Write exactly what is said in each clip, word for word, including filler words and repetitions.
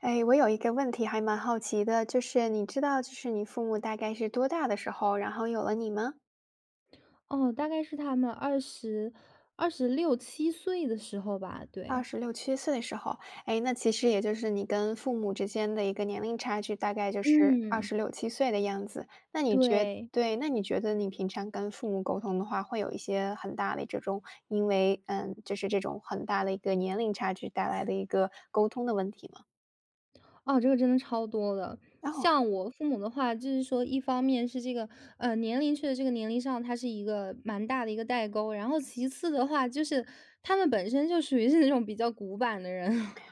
哎，我有一个问题还蛮好奇的，就是你知道，就是你父母大概是多大的时候，然后有了你吗？哦，大概是他们二十二十六七岁的时候吧，二对。十六七岁的时候。哎，那其实也就是你跟父母之间的一个年龄差距，大概就是二嗯。十六七岁的样子。那你觉对，对，那你觉得你平常跟父母沟通的话，会有一些很大的这种，因为嗯，就是这种很大的一个年龄差距带来的一个沟通的问题吗？哦，这个真的超多的。哦像我父母的话，就是说一方面是这个，呃，年龄确实这个年龄上它是一个蛮大的一个代沟，然后其次的话就是他们本身就属于是那种比较古板的人。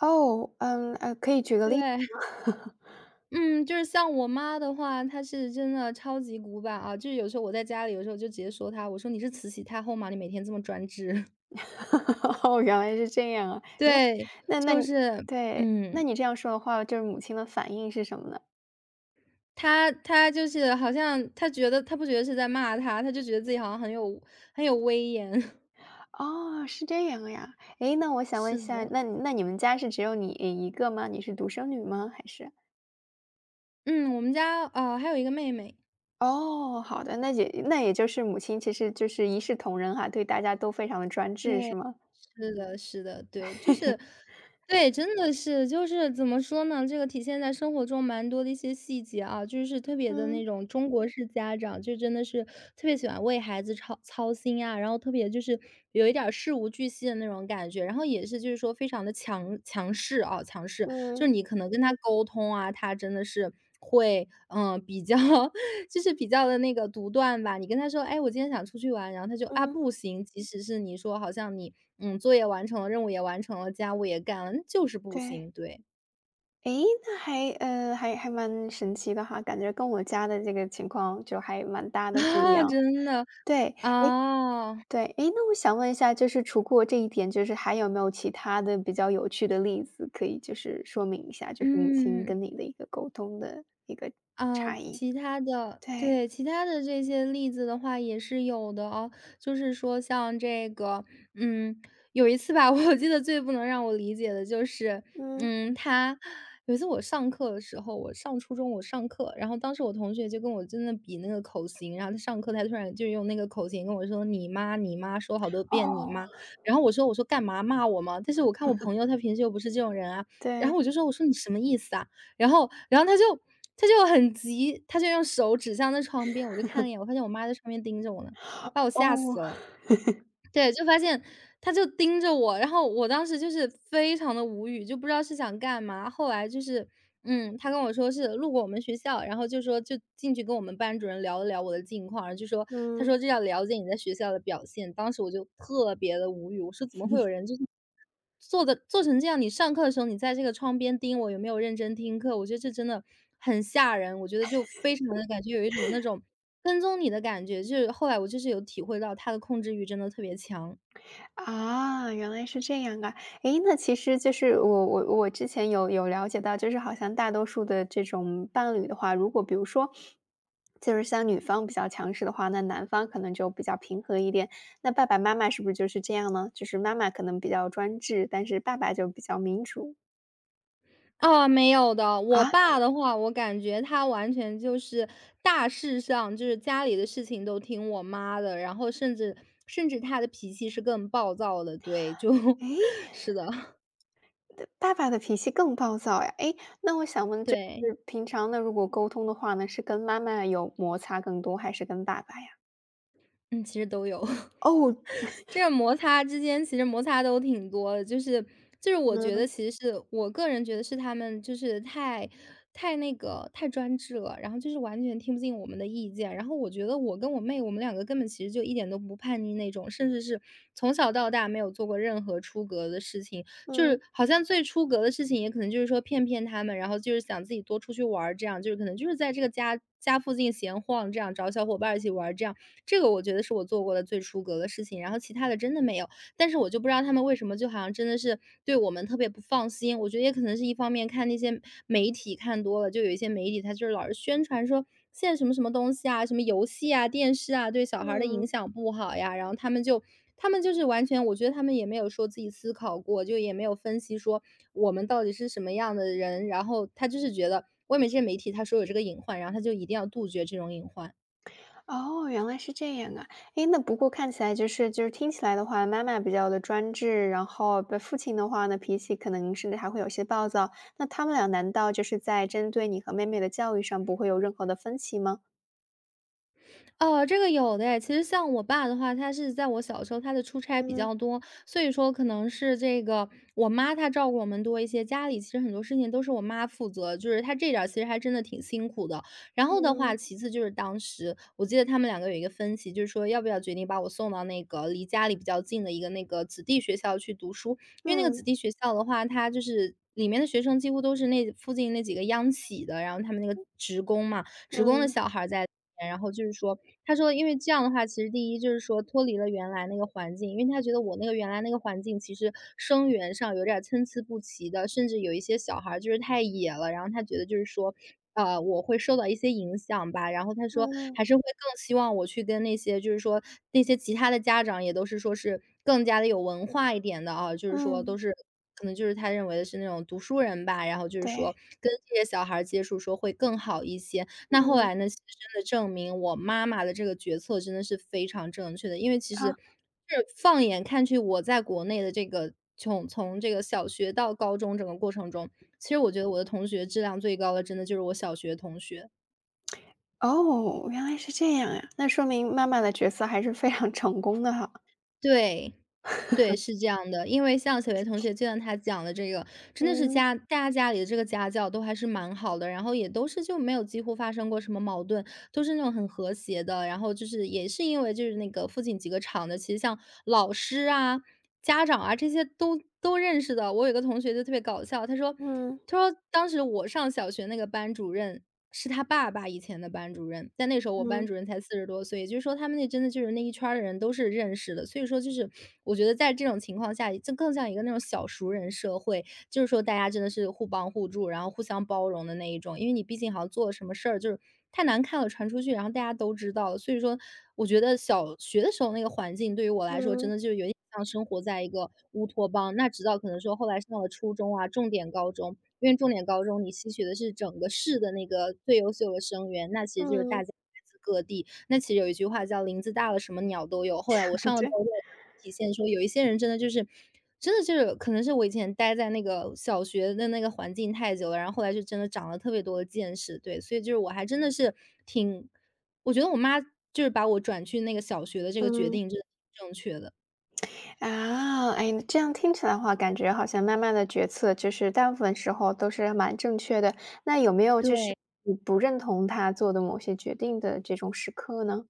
哦，嗯，呃，可以举个例对，子吗？嗯，就是像我妈的话，她是真的超级古板啊，就是有时候我在家里，有时候就直接说她，我说：“你是慈禧太后吗？你每天这么专制。” 哦，原来是这样啊。那对，那那就你是对，那嗯，你这样说的话，就是母亲的反应是什么呢？他他就是好像他觉得他不觉得是在骂他，他就觉得自己好像很有很有威严。哦，是这样呀。诶，那我想问一是的，下，那你那你们家是只有你一个吗？你是独生女吗？还是？嗯，我们家，呃，还有一个妹妹，哦，好的，那也那也就是母亲其实就是一视同仁哈，对大家都非常的专制对。是吗？是的，是的，对，就是 对，真的是，就是怎么说呢？这个体现在生活中蛮多的一些细节啊，就是特别的那嗯，种中国式家长，就真的是特别喜欢为孩子操操心啊，然后特别就是有一点儿事无巨细的那种感觉，然后也是就是说非常的强强势啊，强势，就嗯，是你可能跟他沟通啊，他真的是会嗯、呃比较 就是比较的那个独断吧。你跟他说：“哎，我今天想出去玩。”然后他就：“啊，嗯，不行。”即使是你说好像你，嗯，作业完成了，任务也完成了，家务也干了，那就是不对。行，对。 诶，那还呃，还还蛮神奇的哈，感觉跟我家的这个情况就还蛮大 的不一啊，样。真的，对，诶，啊，对，诶，那我想问一下，就是除过这一点，就是还有没有其他的比较有趣的例子，可以就是说明一下，就是母亲嗯。跟你的一个沟通的一个啊，差异？其他的，对，对，其他的这些例子的话也是有的哦。就是说像这个，嗯，有一次吧，我记得最不能让我理解的就是，嗯，嗯，他有一次我上课的时候，我上初中我上课，然后当时我同学就跟我真的比那个口型，然后他上课他突然就用那个口型跟我说“你妈你妈”，说好多遍“你哦，妈”，然后我说我说干嘛骂我吗？但是我看我朋友他平时又不是这种人啊，然对，后我就说我说你什么意思啊？然后然后他就他就很急，他就用手指向那窗边，我就看了一眼，我发现我妈在窗边盯着我呢，把我吓死哦。了。对，就发现他就盯着我，然后我当时就是非常的无语，就不知道是想干嘛。后来就是，嗯，他跟我说是路过我们学校，然后就说就进去跟我们班主任聊了聊我的近况，然后就说他嗯。说这要了解你在学校的表现，当时我就特别的无语，我说怎么会有人就是做的做成这样，你上课的时候，你在这个窗边盯我有没有认真听课，我觉得这真的很吓人。我觉得就非常的感觉有一种那种跟踪你的感觉，就是后来我就是有体会到他的控制欲真的特别强。啊，原来是这样啊。诶，那其实就是我我我之前有有了解到，就是好像大多数的这种伴侣的话，如果比如说，就是像女方比较强势的话，那男方可能就比较平和一点。那爸爸妈妈是不是就是这样呢？就是妈妈可能比较专制，但是爸爸就比较民主。啊，没有的，我啊？爸的话，我感觉他完全就是大事上，就是家里的事情都听我妈的，然后甚至甚至他的脾气是更暴躁的，对，就 诶？是的，爸爸的脾气更暴躁呀。诶，那我想问就对，是平常呢，如果沟通的话呢，是跟妈妈有摩擦更多，还是跟爸爸呀？嗯，其实都有。哦，这个摩擦之间其实摩擦都挺多的，就是就是我觉嗯，得其实是我个人觉得是他们就是太太那个太专制了，然后就是完全听不进我们的意见。然后我觉得我跟我妹，我们两个根本其实就一点都不叛逆那种，甚至是从小到大没有做过任何出格的事情，就嗯。是好像最出格的事情也可能就是说骗骗他们，然后就是想自己多出去玩儿，这样就是可能就是在这个家家附近闲晃，这样找小伙伴儿一起玩儿这样。这个我觉得是我做过的最出格的事情，然后其他的真的没有。但是我就不知道他们为什么就好像真的是对我们特别不放心，我觉得也可能是一方面看那些媒体看多了，就有一些媒体他就是老是宣传说现在什么什么东西啊，什么游戏啊、电视啊，对小孩儿的影嗯，响不好呀，然后他们就他们就是完全，我觉得他们也没有说自己思考过，就也没有分析说我们到底是什么样的人，然后他就是觉得外面这些媒体他说有这个隐患，然后他就一定要杜绝这种隐患。哦，原来是这样啊。诶，那不过看起来就是就是听起来的话，妈妈比较的专制，然后被父亲的话呢，脾气可能甚至还会有些暴躁。那他们俩难道就是在针对你和妹妹的教育上不会有任何的分歧吗？哦，这个有的诶。其实像我爸的话，他是在我小时候，他的出差比嗯，较多，所以说可能是这个我妈她照顾我们多一些，家里其实很多事情都是我妈负责，就是她这点儿其实还真的挺辛苦的。然后的话，嗯，其次就是当时我记得他们两个有一个分歧，就是说要不要决定把我送到那个离家里比较近的一个那个子弟学校去读书，因为那个子嗯，弟学校的话，它就是里面的学生几乎都是那附近那几个央企的，然后他们那个职工嘛，职工的嗯，小孩儿在里面，然后就是说他说因为这样的话，其实第一就是说脱离了原来那个环境，因为他觉得我那个原来那个环境其实生源上有点儿参差不齐的，甚至有一些小孩儿就是太野了，然后他觉得就是说，呃，我会受到一些影响吧。然后他说嗯，还是会更希望我去跟那些就是说那些其他的家长也都是说是更加的有文化一点的啊，就是说都嗯，是可能就是他认为的是那种读书人吧，然后就是对，说跟这些小孩儿接触说会更好一些。那后嗯，来呢，其实真的证明我妈妈的这个决策真的是非常正确的。因为其实好。就是放眼看去，我在国内的这个从从这个小学到高中整个过程中，其实我觉得我的同学质量最高的真的就是我小学同学。哦，原来是这样呀，那说明妈妈的角色还是非常成功的哈。对，对，是这样的。因为像小学同学，就像他讲的这个，真的是嗯，家大家家里的这个家教都还是蛮好的，然后也都是就没有几乎发生过什么矛盾。都是那种很和谐的。然后就是也是因为就是那个附近几个厂的，其实像老师啊、家长啊这些都都认识的。我有个同学就特别搞笑，他说嗯，他说当时我上小学那个班主任是他爸爸以前的班主任，但那时候我班嗯，主任才四十多岁，也就是说他们那真的就是那一圈儿的人都是认识的。所以说就是我觉得在这种情况下，就更像一个那种小熟人社会，就是说大家真的是互帮互助，然后互相包容的那一种。因为你毕竟好像做了什么事儿，就是太难看了，传出去，然后大家都知道了。所以说，我觉得小学的时候那个环境对于我来说，真嗯，的就是有点像生活在一个乌托邦。那直到可能说后来上了初中啊，重点高中，因为重点高中你吸取的是整个市的那个最优秀的生源，那其实就是大家嗯，来自各地，那其实有一句话叫“林子大了，什么鸟都有”。后来我 上了高对。中，我才体现说，有一些人真的就是真的就是可能是我以前待在那个小学的那个环境太久了，然后后来就真的长了特别多的见识。对，所以就是我还真的是挺我觉得我妈就是把我转去那个小学的这个决嗯。定真的挺正确的。啊，哎，这样听起来的话，感觉好像慢慢的决策就是大部分时候都是蛮正确的。那有没有就是对。你不认同他做的某些决定的这种时刻呢？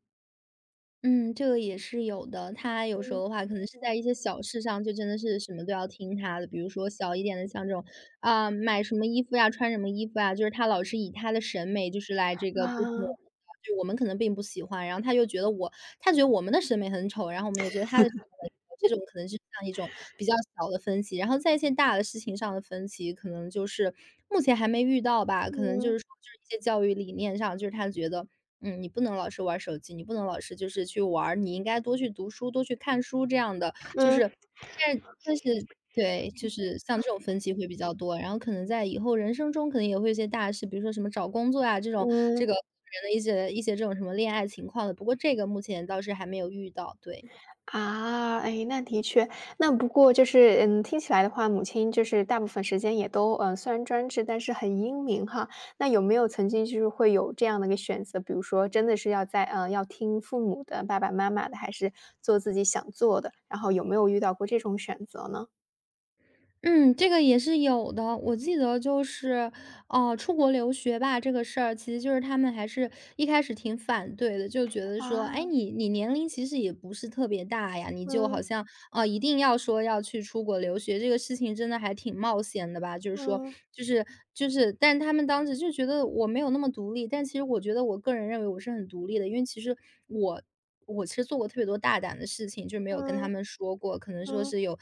嗯，这个也是有的。他有时嗯。候的话，可能是在一些小事上，就真的是什么都要听他的。比如说小一点的，像这种啊，买什么衣服呀，穿什么衣服啊，就是他老是以他的审美，就是来这个规定我们啊，的，就我们可能并不喜欢，然后他就觉得我，他觉得我们的审美很丑，然后我们也觉得他的审美很丑，这种可能就像一种比较小的分歧。然后在一些大的事情上的分歧，可能就是目前还没遇到吧，可能就嗯是说就是一些教育理念上，就是他觉得，嗯，你不能老是玩手机，你不能老是就是去玩儿，你应该多去读书，多去看书这样的，就是嗯但但是对，就是像这种分歧会比较多，然后可能在以后人生中可能也会有一些大事，比如说什么找工作呀，这种这个嗯。人的一些一些这种什么恋爱情况的，不过这个目前倒是还没有遇到，对。啊，哎，那的确，那不过就是，嗯，听起来的话，母亲就是大部分时间也都，嗯，虽然专制，但是很英明哈。那有没有曾经就是会有这样的一个选择，比如说真的是要在，嗯，要听父母的、爸爸妈妈的，还是做自己想做的？然后有没有遇到过这种选择呢？嗯，这个也是有的。我记得就是，哦、出国留学吧，这个事儿其实就是他们还是一开始挺反对的，就觉得说，哎，啊，你你年龄其实也不是特别大呀，你就好嗯像啊，一定要说要去出国留学，这个事情真的还挺冒险的吧。就是说，嗯就是就是，但他们当时就觉得我没有那么独立，但其实我觉得我个人认为我是很独立的，因为其实我，我其实做过特别多大胆的事情，就是没有跟他嗯们说过，可能说嗯，是有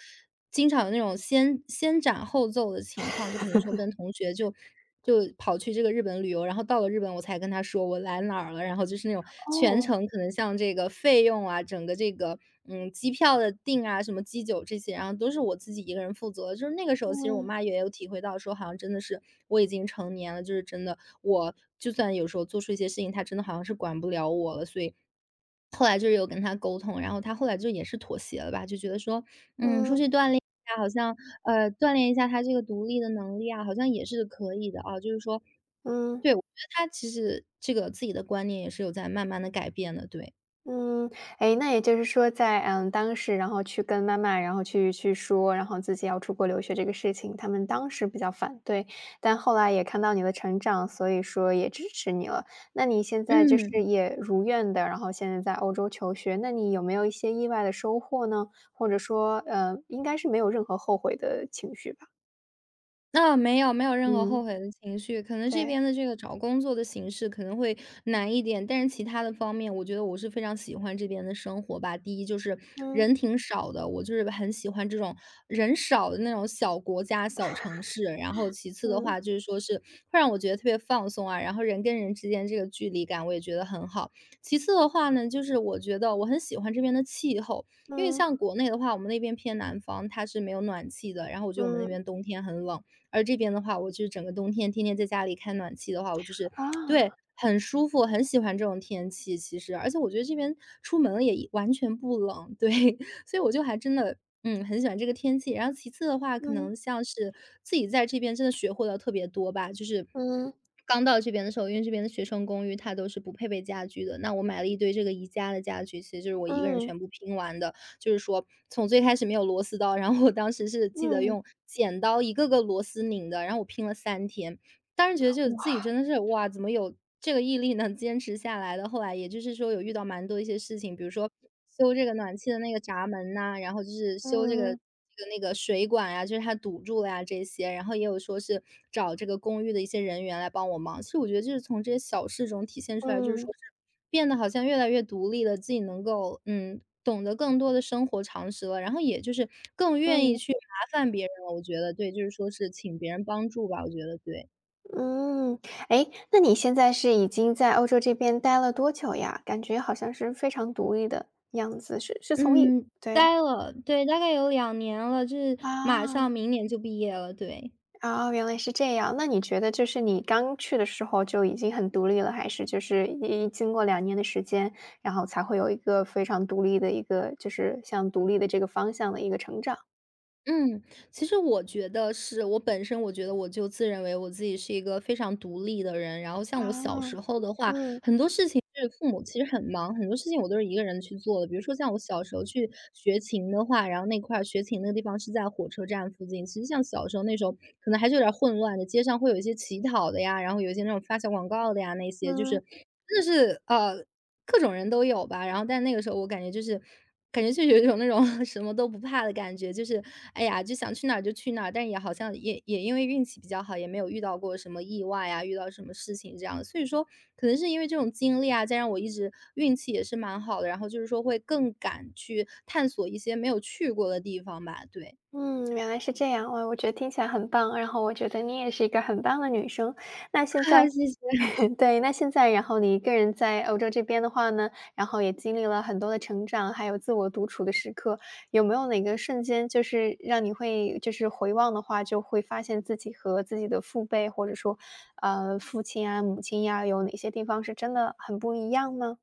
经常有那种先先斩后奏的情况，就可能说跟同学就。就跑去这个日本旅游，然后到了日本我才跟他说我来哪儿了，然后就是那种全哦，程可能像这个费用啊，整个这个，嗯，机票的订啊，什么机酒这些，然后都是我自己一个人负责。就是那个时候，其实我嗯妈也有体会到说，好像真的是我已经成年了，就是真的，我就算有时候做出一些事情，她真的好像是管不了我了，所以后来就是有跟他沟通，然后他后来就也是妥协了吧，就觉得说，嗯，嗯出嗯去锻炼一下，好像呃，锻炼一下他这个独立的能力啊，好像也是可以的啊。就是说，嗯。对，我觉得他其实这个自己的观念也是有在慢慢的改变的，对，嗯，哎，那也就是说在，嗯，当时然后去跟妈妈，然后去去说，然后自己要出国留学这个事情，他们当时比较反对，但后来也看到你的成长，所以说也支持你了。那你现在就是嗯。也如愿的，然后现在在欧洲求学，那你有没有一些意外的收获呢？或者说，呃，应该是没有任何后悔的情绪吧？那没有，没有任何嗯，后悔的情绪。可能这对，边的这个找工作的形式可能会难一点，但是其他的方面，我觉得我是非常喜欢这边的生活吧。第一就是嗯人挺少的，我就是很喜欢这种人少的那种小国家、小城市。然后其次的嗯话，就是说是会让我觉得特别放松啊，然后人跟人之间这个距离感，我也觉得很好。其次的话呢，就是我觉得我很喜欢这边的气候，因为嗯像国内的话，我们那边偏南方，它是没有暖气的，然后我觉得我们那嗯，边冬天很冷。而这边的话，我就是整个冬天天天在家里开暖气的话，我就是对，啊，很舒服，很喜欢这种天气其实。而且我觉得这边出门也完全不冷，对，所以我就还真的，嗯，很喜欢这个天气。然后其次的话，可嗯能像是自己在这边真的学会了特别多吧，就是嗯刚到这边的时候，因为这边的学生公寓它都是不配备家具的，那我买了一堆这个宜家的家具，其实就是我一个人嗯全部拼完的。就是说从最开始没有螺丝刀，然后我当时是记得嗯，用剪刀一个个螺丝拧的，然后我拼了三天。当时觉得就自己哇，真的是，哇，怎么有这个毅力能 坚持下来的。后来也就是说有遇到蛮多一些事情，比如说修这个暖气的那个闸门呐，然后就是修这个嗯。这个那个水管呀，就是它堵住了呀这些，然后也有说是找这个公寓的一些人员来帮我忙。其实我觉得就是从这些小事中体现出来，就是嗯，说是变得好像越来越独立了，自己能够，嗯，懂得更多的生活常识了，然后也就是更愿意嗯，去麻烦别人了，我觉得，对，就是说是请别人帮助吧，我觉得，对。嗯。哎，那你现在是已经在欧洲这边待了多久呀？感觉好像是非常独立的样子，是是从一嗯，对，待了，对，大概有两年了，就是马啊，上明年就毕业了，对。啊，原来是这样。那你觉得就是你刚去的时候就已经很独立了，还是就是一经过两年的时间，然后才会有一个非常独立的一个就是向独立的这个方向的一个成长？嗯，其实我觉得是我本身我觉得我就自认为我自己是一个非常独立的人，然后像我小啊，时候的话，嗯，很多事情就是父母其实很忙，很多事情我都是一个人去做的。比如说像我小时候去学琴的话，然后那块儿学琴那个地方是在火车站附近，其实像小时候那时候可能还是有点儿混乱的，街上会有一些乞讨的呀，然后有一些那种发小广告的呀，那些就是嗯。真的是，呃各种人都有吧。然后但那个时候我感觉就是，感觉就有一种那种 什么都不怕的感觉，就是哎呀，就想去哪儿就去哪儿。但也好像也也因为运气比较好，也没有遇到过什么意外啊，遇到什么事情这样。所以说，可能是因为这种经历啊，再让我一直运气也是蛮好的。然后就是说会更敢去探索一些没有去过的地方吧。对，嗯，原来是这样，哇，我觉得听起来很棒，然后我觉得你也是一个很棒的女生。那现 哈在 哈，谢谢。对，那现在然后你一个人在欧洲这边的话呢，然后也经历了很多的成长，还有自我独处的时刻，有没有哪个瞬间就是让你会就是回望的话，就会发现自己和自己的父辈，或者说，呃，父亲啊、母亲呀，有哪些地方是真的很不一样呢？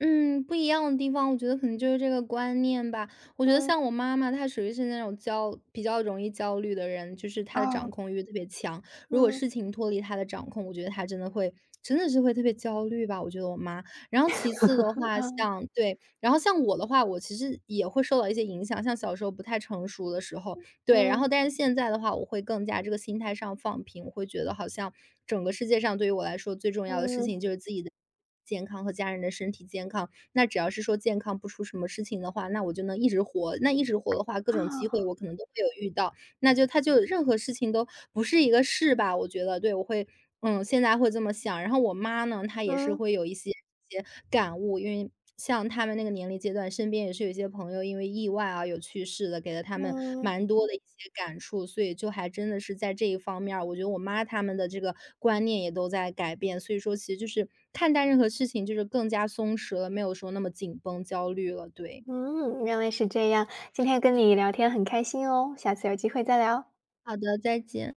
嗯，不一样的地方，我觉得可能就是这个观念吧。我觉得嗯，像我妈妈，她属于是那种焦比较容易焦虑的人，就是她的掌哦，控欲特别强。如果嗯，事情脱离她的掌控，我觉得她真的会，真的是会特别焦虑吧。我觉得我妈。然后其次的话，嗯像对，然后像我的话，我其实也会受到一些影响。像小时候不太成熟的时候，对，然嗯，后但是现在的话，我会更加这个心态上放平，我会觉得好像整个世界上对于我来说最重要的事嗯，情就是自己的健康和家人的身体健康。那只要是说健康不出什么事情的话，那我就能一直活。那一直活的话，各啊，种机会我可能都会有遇到。那就他就任何事情都不是一个事吧，我觉得，对，我会嗯，现在会这么想。然后我妈呢，她也是嗯，会有一些一些感悟，因为像他们那个年龄阶段，身边也是有一些朋友因为意外啊有去世的，给了他们嗯。蛮多的一些感触，所以就还真的是在这一方面儿，我觉得我妈他们的这个观念也都在改变。所以说其实就是看待任何事情就是更加松弛了，没有说那么紧绷、焦虑了，对。嗯，原来是这样。今天跟你聊天很开心哦，下次有机会再聊。好的，再见。